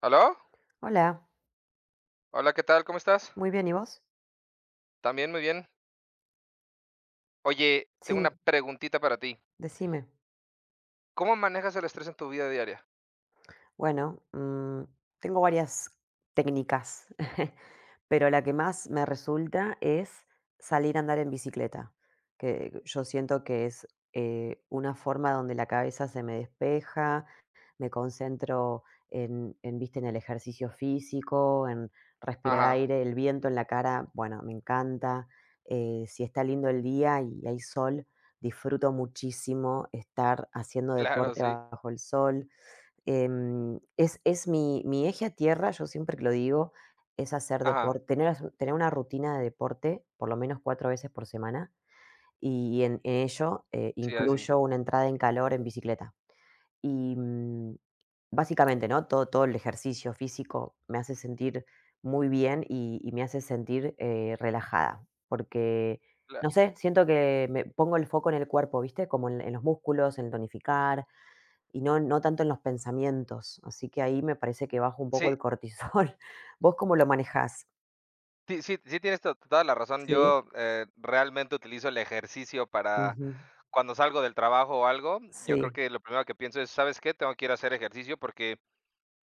¿Aló? Hola, Hola, ¿qué tal? ¿Cómo estás? muy bien, ¿y vos? También muy bien. Oye, tengo Sí, una preguntita para ti. decime. ¿Cómo manejas el estrés en tu vida diaria? Bueno, tengo varias técnicas, pero la que más me resulta es salir a andar en bicicleta, que yo siento que es una forma donde la cabeza se me despeja. Me concentro en, viste, en el ejercicio físico, en respirar Ajá, aire, el viento en la cara, bueno, me encanta. Si está lindo el día y hay sol, disfruto muchísimo estar haciendo claro, deporte sí. bajo el sol. Es mi eje a tierra, yo siempre que lo digo, es hacer Ajá, deporte, tener una rutina de deporte, por lo menos 4 veces por semana, y en ello, sí, así. incluyo una entrada en calor en bicicleta. Y, básicamente, ¿no? Todo el ejercicio físico me hace sentir muy bien y, me hace sentir relajada, porque La- no sé, siento que me pongo el foco en el cuerpo, ¿viste? Como en los músculos, en el tonificar, y no, no tanto en los pensamientos. Así que ahí me parece que bajo un poco Sí, el cortisol. ¿Vos cómo lo manejás? Sí, sí, tienes toda la razón. Sí. Yo realmente utilizo el ejercicio para Ujú. cuando salgo del trabajo o algo. Yo creo Sí. que lo primero que pienso es, ¿sabes qué? Tengo que ir a hacer ejercicio porque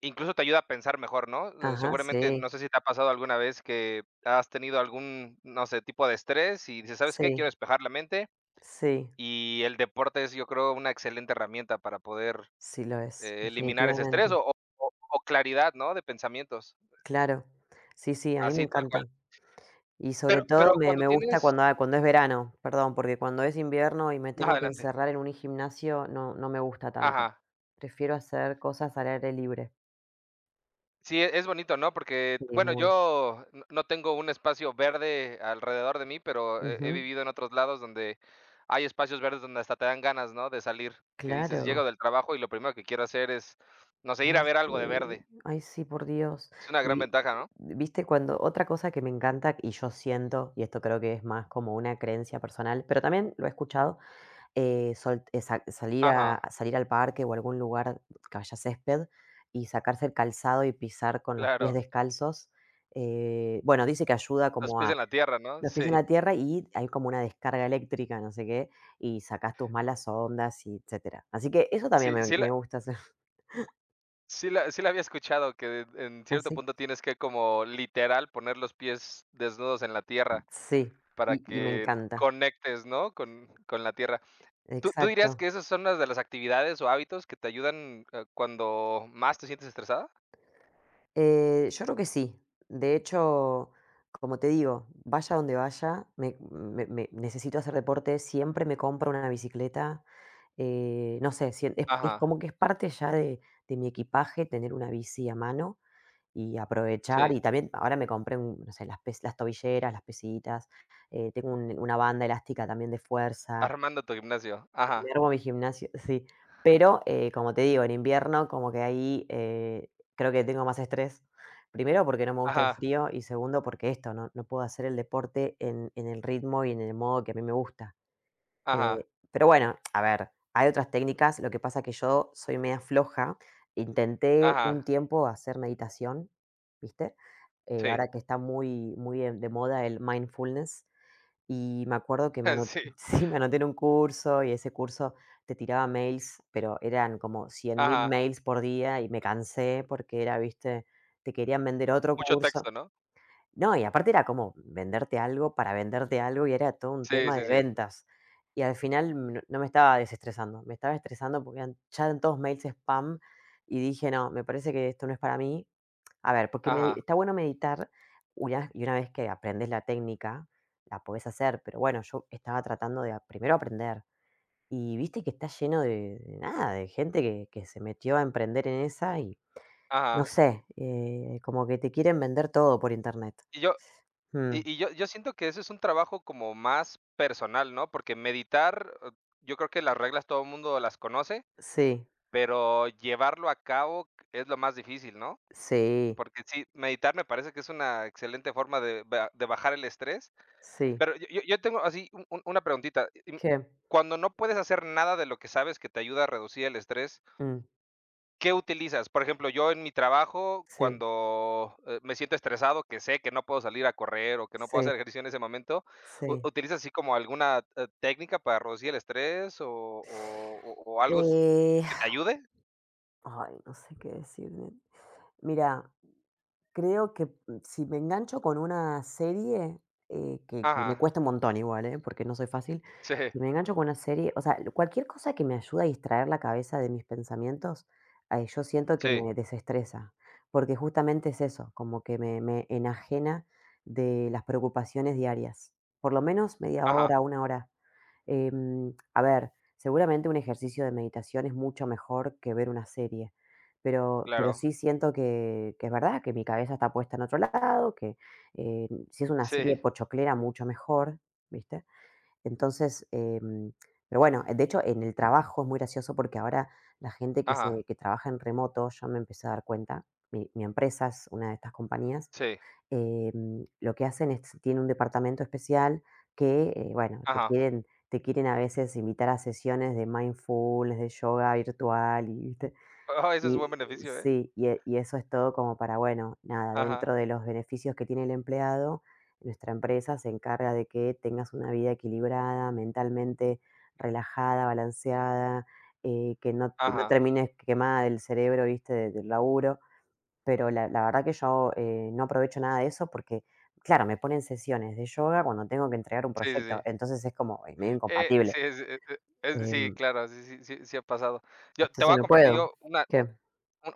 incluso te ayuda a pensar mejor, ¿no? Ajá, Seguramente, sí. no sé si te ha pasado alguna vez que has tenido algún, no sé, tipo de estrés y dices, ¿sabes qué? Quiero Sí. despejar la mente. Sí. Y el deporte es, yo creo, una excelente herramienta para poder, Sí lo es, eliminar ese estrés definitivamente. o claridad, ¿no?, de pensamientos, Claro. Sí, sí, a mí me así tal cual. encanta. Y Pero sobre pero todo me cuando me gusta tienes cuando es verano, perdón, porque cuando es invierno y me no, tengo que adelante. encerrar en un gimnasio, no me gusta tanto. Ajá. Prefiero hacer cosas al aire libre. Sí, es bonito, ¿no?, porque, Sí, bueno, muy. yo no tengo un espacio verde alrededor de mí, pero he Ujú. vivido en otros lados donde hay espacios verdes donde hasta te dan ganas, ¿no?, de salir, que dices: "Llego Claro. del trabajo y lo primero que quiero hacer es, no sé, ir Ay, a ver algo de sí. verde". Ay, sí, por Dios. Es una gran Vi ventaja, ¿no? Viste, cuando otra cosa que me encanta, y yo siento, y esto creo que es más como una creencia personal, pero también lo he escuchado, sol sa salir Ajá, a salir al parque o algún lugar que haya césped y sacarse el calzado y pisar con los pies claro, descalzos. Bueno, dice que ayuda los como pies en a la tierra, ¿no? los pies en Sí. la tierra y hay como una descarga eléctrica, no sé qué, y sacas tus malas ondas y etcétera. Así que eso también Sí, me sí la me gusta hacer. sí la sí la había escuchado, que en cierto Así. punto tienes que como literal poner los pies desnudos en la tierra Sí, para y me que encanta. conectes, ¿no?, con la tierra. ¿Tú dirías Exacto. que esas son unas de las actividades o hábitos que te ayudan, cuando más te sientes estresada? Yo creo que sí. De hecho, como te digo, vaya donde vaya, necesito hacer deporte, siempre me compro una bicicleta. No sé, es Ajá, como que es parte ya de mi equipaje tener una bici a mano y aprovechar. sí, Y también ahora me compré, no sé, las tobilleras, las pesitas. Tengo una banda elástica también de fuerza. armando tu gimnasio. Me Ajá, armo mi gimnasio, sí. Pero, como te digo, en invierno como que ahí, creo que tengo más estrés. Primero, porque no me gusta el ajá, frío y segundo, porque esto, no puedo hacer el deporte en el ritmo y en el modo que a mí me gusta. ajá, Pero bueno, a ver, hay otras técnicas, lo que pasa que yo soy media floja. Intenté ajá, un tiempo hacer meditación, ¿viste? Sí, Ahora que está muy muy de moda el mindfulness, y me acuerdo que me anoté sí, sí, me anoté en un curso y ese curso te tiraba mails, pero eran como 100.000 ajá. mails por día y me cansé porque era, viste, te querían vender otro Mucho texto, curso. ¿no? No, y aparte era como venderte algo para venderte algo y era todo un Sí, tema de sí, sí. ventas. Y al final no me estaba desestresando, me estaba estresando porque eran, ya eran todos mails spam, y dije, no, me parece que esto no es para mí. A ver, porque Ajá, está bueno meditar y una vez que aprendes la técnica, la podés hacer, pero bueno, yo estaba tratando de primero aprender. Y viste que está lleno de, nada, de gente que se metió a emprender en esa y no ajá. sé, como que te quieren vender todo por internet. Y yo Hmm. y yo siento que ese es un trabajo como más personal, ¿no? Porque meditar, yo creo que las reglas todo el mundo las conoce, Sí, pero llevarlo a cabo es lo más difícil, ¿no? sí, Porque sí, meditar me parece que es una excelente forma de ba de bajar el estrés, sí, pero yo tengo así un una preguntita, y, ¿qué? cuando no puedes hacer nada de lo que sabes que te ayuda a reducir el estrés, Mm, ¿Qué utilizas? Por ejemplo, yo en mi trabajo, sí, cuando, me siento estresado, que sé que no puedo salir a correr o que no puedo sí, hacer ejercicio en ese momento, ¿u sí. utilizas así como alguna, técnica para reducir el estrés o algo s Eh, que te ayude? Ay, no sé qué decir. Mira, creo que, si me engancho con una serie, que me Ajá, cuesta un montón igual, ¿eh? Porque no soy fácil. sí, Si me engancho con una serie, o sea, cualquier cosa que me ayude a distraer la cabeza de mis pensamientos, yo siento que sí, me desestresa, porque justamente es eso, como que me enajena de las preocupaciones diarias, por lo menos media ajá, hora, una hora. A ver, seguramente un ejercicio de meditación es mucho mejor que ver una serie, pero claro, sí siento que, es verdad, que mi cabeza está puesta en otro lado, que si es una sí, serie pochoclera, mucho mejor, ¿viste? Entonces, pero bueno, de hecho en el trabajo es muy gracioso porque ahora la gente ajá, que trabaja en remoto, yo me empecé a dar cuenta, mi empresa es una de estas compañías. sí, Lo que hacen es tiene un departamento especial que, bueno, te ajá. quieren te quieren a veces invitar a sesiones de mindfulness, de yoga virtual, y, ¿viste? Oh, ese es buen Y beneficio, ¿eh? sí, y eso es todo como para, bueno, nada, Ajá, dentro de los beneficios que tiene el empleado, nuestra empresa se encarga de que tengas una vida equilibrada, mentalmente relajada, balanceada, que no ajá, termines quemada del cerebro, ¿viste? De Del laburo. Pero la verdad que yo, no aprovecho nada de eso porque, claro, me ponen sesiones de yoga cuando tengo que entregar un sí, sí, proyecto, sí. entonces es como, medio incompatible. Sí, es sí, Em, claro, sí, sí, sí, sí ha pasado. Yo te voy entonces a no compartir puedo. yo una Un ¿Qué?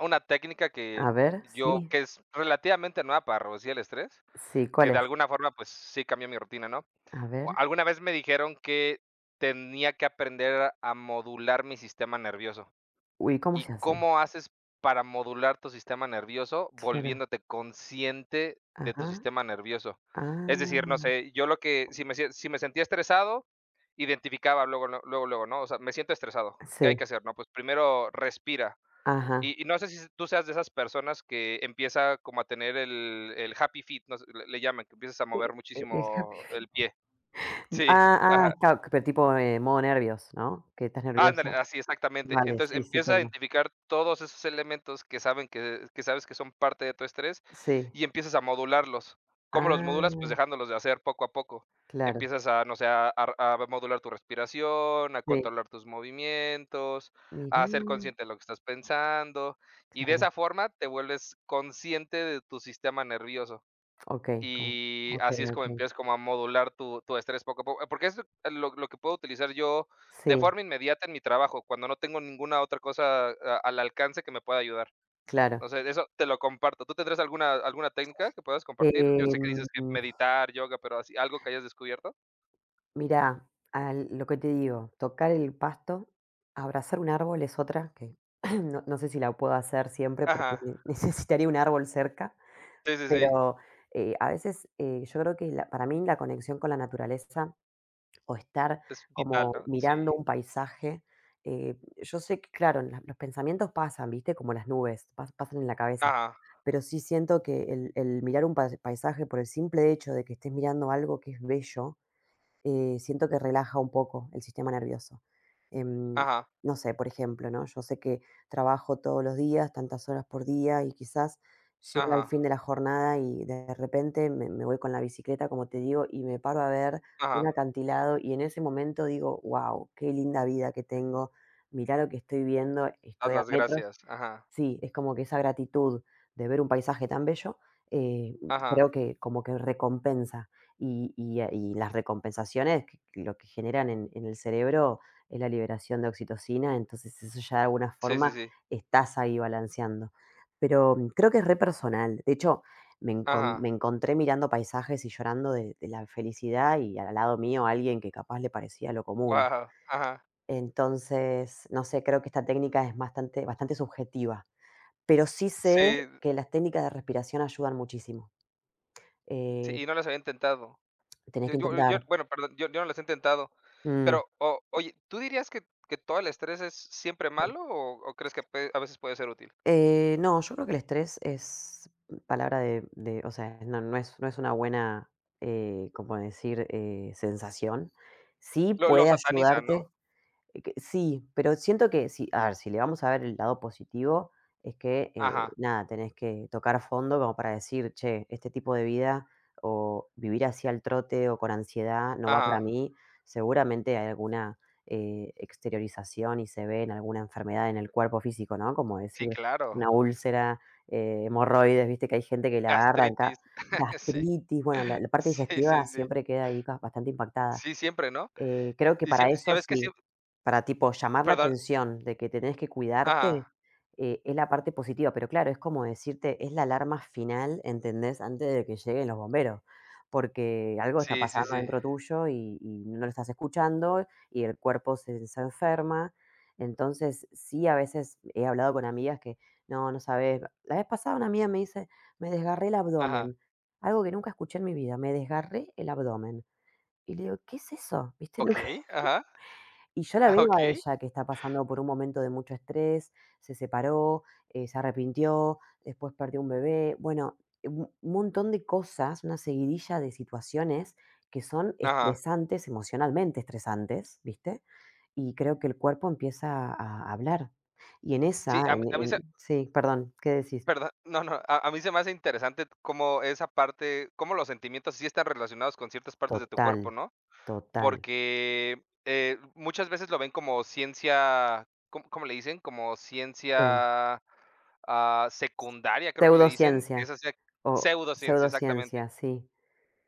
una técnica que A ver, yo sí, que es relativamente nueva para reducir el estrés, sí, que ¿cuál de es? alguna forma, pues, sí cambió mi rutina, ¿no? A O ver. alguna vez me dijeron que tenía que aprender a modular mi sistema nervioso. Uy, ¿cómo ¿Y se hace? cómo haces para modular tu sistema nervioso Claro. volviéndote consciente de tu Ajá. sistema nervioso? Es decir, no Ah, sé, yo lo que si me sentía estresado, identificaba luego, luego, ¿no? O sea, me siento estresado, ¿qué hay que sí, hacer? No, pues primero respira, ajá. Y no sé si tú seas de esas personas que empieza como a tener el happy feet, no sé, le llaman, que empiezas a Sí, mover el happy. muchísimo el pie. Sí, Ah, ah, ajá. claro, pero tipo, modo nervios, ¿no? Que estás Ándale, nervioso. así exactamente. Vale, Entonces, sí, sí empieza a tengo. identificar todos esos elementos que saben que sabes que son parte de tu estrés Sí. y empiezas a modularlos. ¿Cómo los modulas? Pues Ah, dejándolos de hacer poco a poco. claro, Empiezas a, no sé, a modular tu respiración, a sí. controlar tus movimientos, Mirá, a ser consciente de lo que estás pensando, y de claro. esa forma te vuelves consciente de tu sistema nervioso. Okey, como Y Okey, así es como okey. empiezas como a modular tu estrés poco a poco, porque es lo que puedo utilizar yo de Sí, forma inmediata en mi trabajo, cuando no tengo ninguna otra cosa a al alcance que me pueda ayudar. claro. Entonces, eso te lo comparto. ¿Tú tendrás alguna técnica que puedas compartir? Yo sé Em, que dices que meditar, yoga, pero así, ¿algo que hayas descubierto? Mira, al lo que te digo, tocar el pasto, abrazar un árbol es otra que no sé si la puedo hacer siempre porque Ajá. ne necesitaría un árbol cerca, Sí, sí, sí. pero, a veces, yo creo que la para mí la conexión con la naturaleza o estar Es vital, como ¿no? mirando Sí. un paisaje. Yo sé que, claro, los pensamientos pasan, ¿viste? Como las nubes, pasan en la cabeza. Ajá, Pero sí siento que el mirar un paisaje por el simple hecho de que estés mirando algo que es bello, siento que relaja un poco el sistema nervioso. Em, ajá, no sé, por ejemplo, ¿no? Yo sé que trabajo todos los días, tantas horas por día, y quizás llega ajá, el fin de la jornada y de repente me voy con la bicicleta, como te digo, y me paro a ver un ajá. acantilado y en ese momento digo, wow, qué linda vida que tengo, mirá lo que estoy viendo, Dar estoy a las metros. gracias. Ajá, Sí, es como que esa gratitud de ver un paisaje tan bello, eh, ajá. creo que como que recompensa. Y las recompensaciones que lo que generan en el cerebro es la liberación de oxitocina, entonces eso ya de alguna Sí, sí, forma sí. estás ahí balanceando. Pero creo que es re personal. De hecho, Ajá. me encontré mirando paisajes y llorando de la felicidad y al lado mío alguien que capaz le parecía lo común. Guau. Ajá. Entonces, no sé, creo que esta técnica es bastante bastante subjetiva. Pero sí sé Sí, que las técnicas de respiración ayudan muchísimo. sí, Eh, y no las había intentado. Tenés Yo que yo intentar. yo bueno, perdón, yo no las he intentado, Mm. pero, o oye, ¿tú dirías que todo el estrés es siempre malo o crees que pue a veces puede ser útil? No, yo creo que el estrés es palabra de o sea, no es una buena, como decir, sensación. Sí Lo puede satanizan, ¿no? ayudarte. Que sí, pero siento que si le vamos a ver el lado positivo, es que, Ajá, nada, tenés que tocar fondo como para decir: "Che, este tipo de vida o vivir así al trote o con ansiedad no va para ajá. mí". Seguramente hay alguna, exteriorización y se ve en alguna enfermedad en el cuerpo físico, ¿no? Como Sí, decir, claro. una úlcera, hemorroides, viste que hay gente que la agarra en Gastritis. ca Sí. gastritis, bueno, la parte Sí, digestiva sí, sí. siempre queda ahí ca bastante impactada. Sí, siempre, ¿no? Creo que Y sí para ya eso ves que sí. siem Para, tipo, llamar la perdón. atención de que tenés que cuidarte, Ajá. Es la parte positiva, pero claro, es como decirte, es la alarma final, ¿entendés? Antes de que lleguen los bomberos, porque algo está Sí, sí, pasando sí. dentro tuyo y no lo estás escuchando y el cuerpo se enferma. Entonces, sí, a veces he hablado con amigas que: "No, no sabes. La vez pasada una amiga me dice: Me desgarré el Ajá. abdomen", algo que nunca escuché en mi vida, "me desgarré el abdomen". Y le digo: "¿Qué es eso?", ¿viste? Okey, ajá. Y yo la Ah, veo a okey. ella que está pasando por un momento de mucho estrés, se separó, se arrepintió, después perdió un bebé, bueno, un montón de cosas, una seguidilla de situaciones que son Ajá. estresantes, emocionalmente estresantes, ¿viste? Y creo que el cuerpo empieza a hablar. Y en Sí, esa, a mí, ¿sabes? en sí, perdón, ¿qué decís? Perdón, no, no, a mí se me hace interesante cómo esa parte, cómo los sentimientos sí están relacionados con ciertas partes de tu cuerpo, Total, ¿no? total. Porque, muchas veces lo ven como ciencia, cómo le dicen? Como ¿Qué? ciencia, ah, secundaria, creo que le dicen, Pseudociencia, esa sea o pseudociencia, exactamente. pseudociencia, sí.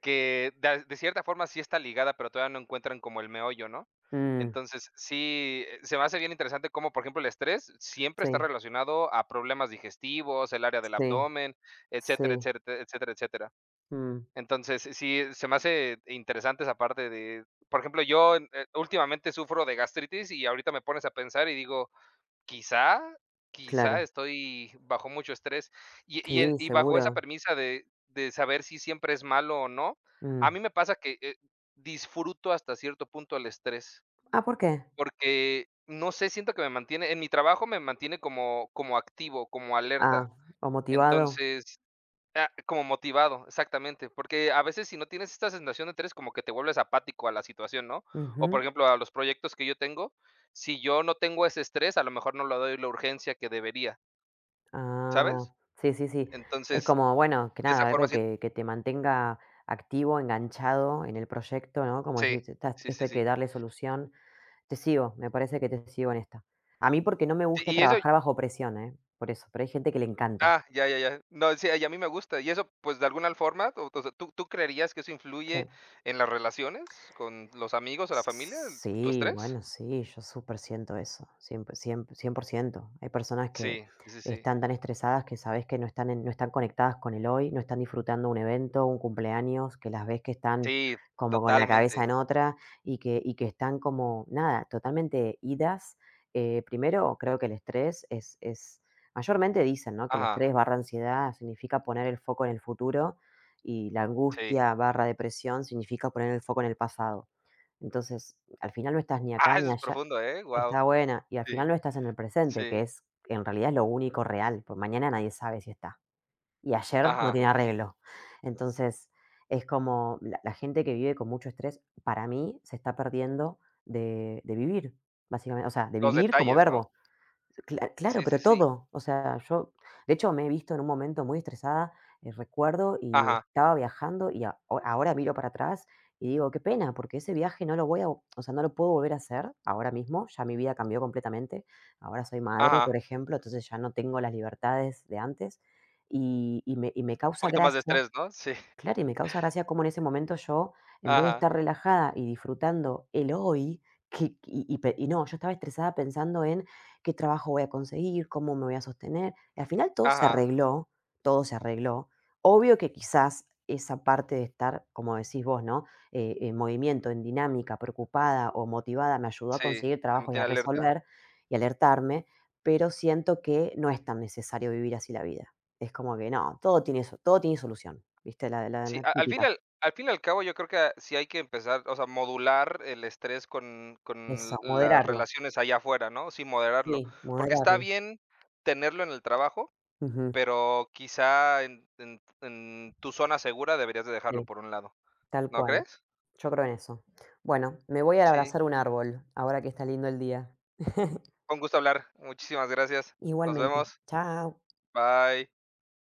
Que de cierta forma sí está ligada, pero todavía no encuentran como el meollo, ¿no? Mm, Entonces, sí, se me hace bien interesante cómo, por ejemplo, el estrés siempre está sí, relacionado a problemas digestivos, el área del sí, abdomen, etcétera, sí. etcétera, etcétera, etcétera. Mm, Entonces, sí, se me hace interesante esa parte de por ejemplo, yo, últimamente sufro de gastritis y ahorita me pones a pensar y digo: Quizá, quizá claro. estoy bajo mucho estrés y Sí, y bajo esa seguro. premisa de saber si siempre es malo o no, a Mm. mí me pasa que, disfruto hasta cierto punto el estrés, Ah, ¿por qué? porque no sé, siento que me mantiene en mi trabajo me mantiene como activo, como alerta. Ah, o motivado. Entonces Ah, como motivado, exactamente, porque a veces si no tienes esta sensación de estrés, como que te vuelves apático a la situación, ¿no? O por Ujú. ejemplo, a los proyectos que yo tengo, si yo no tengo ese estrés, a lo mejor no le doy la urgencia que debería, Ah, ¿sabes? sí, sí, sí. Es Entonces, como, bueno, que de esa nada, forma algo sí que te mantenga activo, enganchado en el proyecto, ¿no? Como sí, decir, sí, esto sí, hay que sí. darle solución". Te sigo, me parece que te sigo en esta. A mí porque no me gusta Y eso trabajar bajo presión, ¿eh? Por eso, pero hay gente que le encanta. ah, ya, ya, ya. No, sí, y a mí me gusta. Y eso, pues, de alguna forma, o sea, tú creerías que eso Sí. influye en las relaciones con los amigos o la familia, el- tu Sí, estrés? bueno, sí, yo súper siento eso, 100%. Hay personas Sí, que sí, sí, sí. están tan estresadas que sabes que no están, no están conectadas con el hoy, no están disfrutando un evento, un cumpleaños, que las ves que están Sí, como con la cabeza totalmente. en otra, y que están como, nada, totalmente idas. Primero, creo que el estrés es, mayormente dicen, ¿no? Que el estrés Ajá, barra ansiedad significa poner el foco en el futuro y la sí. angustia/depresión significa poner el foco en el pasado. Entonces, al final no estás ni acá Ah, eso ni es allá. profundo, ¿eh? Wow. Está buena, y al Sí, final no estás en el presente, que sí. es en realidad es lo único real, porque mañana nadie sabe si está. Y ayer no tiene Ajá. arreglo. Entonces, es como la gente que vive con mucho estrés, para mí, se está perdiendo de, vivir, básicamente. O sea, de Los vivir como detalles, ¿no? verbo. Claro, Sí, pero sí, sí. todo. O sea, yo, de hecho, me he visto en un momento muy estresada, recuerdo, y Ajá, estaba viajando y ahora miro para atrás y digo, qué pena, porque ese viaje no lo voy a, o sea, no lo puedo volver a hacer ahora mismo, ya mi vida cambió completamente, ahora soy madre, por ajá. ejemplo, entonces ya no tengo las libertades de antes y, me Un causa poquito más de gracia. estrés, ¿no? Sí. Claro, y me causa gracia cómo en ese momento yo, en vez de Ajá, estar relajada y disfrutando el hoy, que, y pe- y no, yo estaba estresada pensando en qué trabajo voy a conseguir, cómo me voy a sostener. Y al final todo se ajá. arregló, todo se arregló. Obvio que quizás esa parte de estar, como decís vos, ¿no? En movimiento, en dinámica, preocupada o motivada, me ayudó a Sí, conseguir te trabajo y a mantiene alerta. resolver y alertarme, pero siento que no es tan necesario vivir así la vida. Es como que no, todo tiene, todo tiene solución. ¿Viste? La la Sí, la a típica. Al fin y al cabo, yo creo que ah, sí hay que empezar, o sea, modular el estrés con Eso, las moderarlo. relaciones allá afuera, ¿no? Sí, moderarlo. Sí, Porque está moderarlo. bien tenerlo en el trabajo, Ujú, pero quizá en tu zona segura deberías de dejarlo sí, por un lado, tal ¿no cual. crees? Yo creo en eso. Bueno, me voy a Sí. abrazar un árbol, ahora que está lindo el día. Fue un gusto hablar. Muchísimas gracias. Nos Igualmente. vemos. Chao. Bye.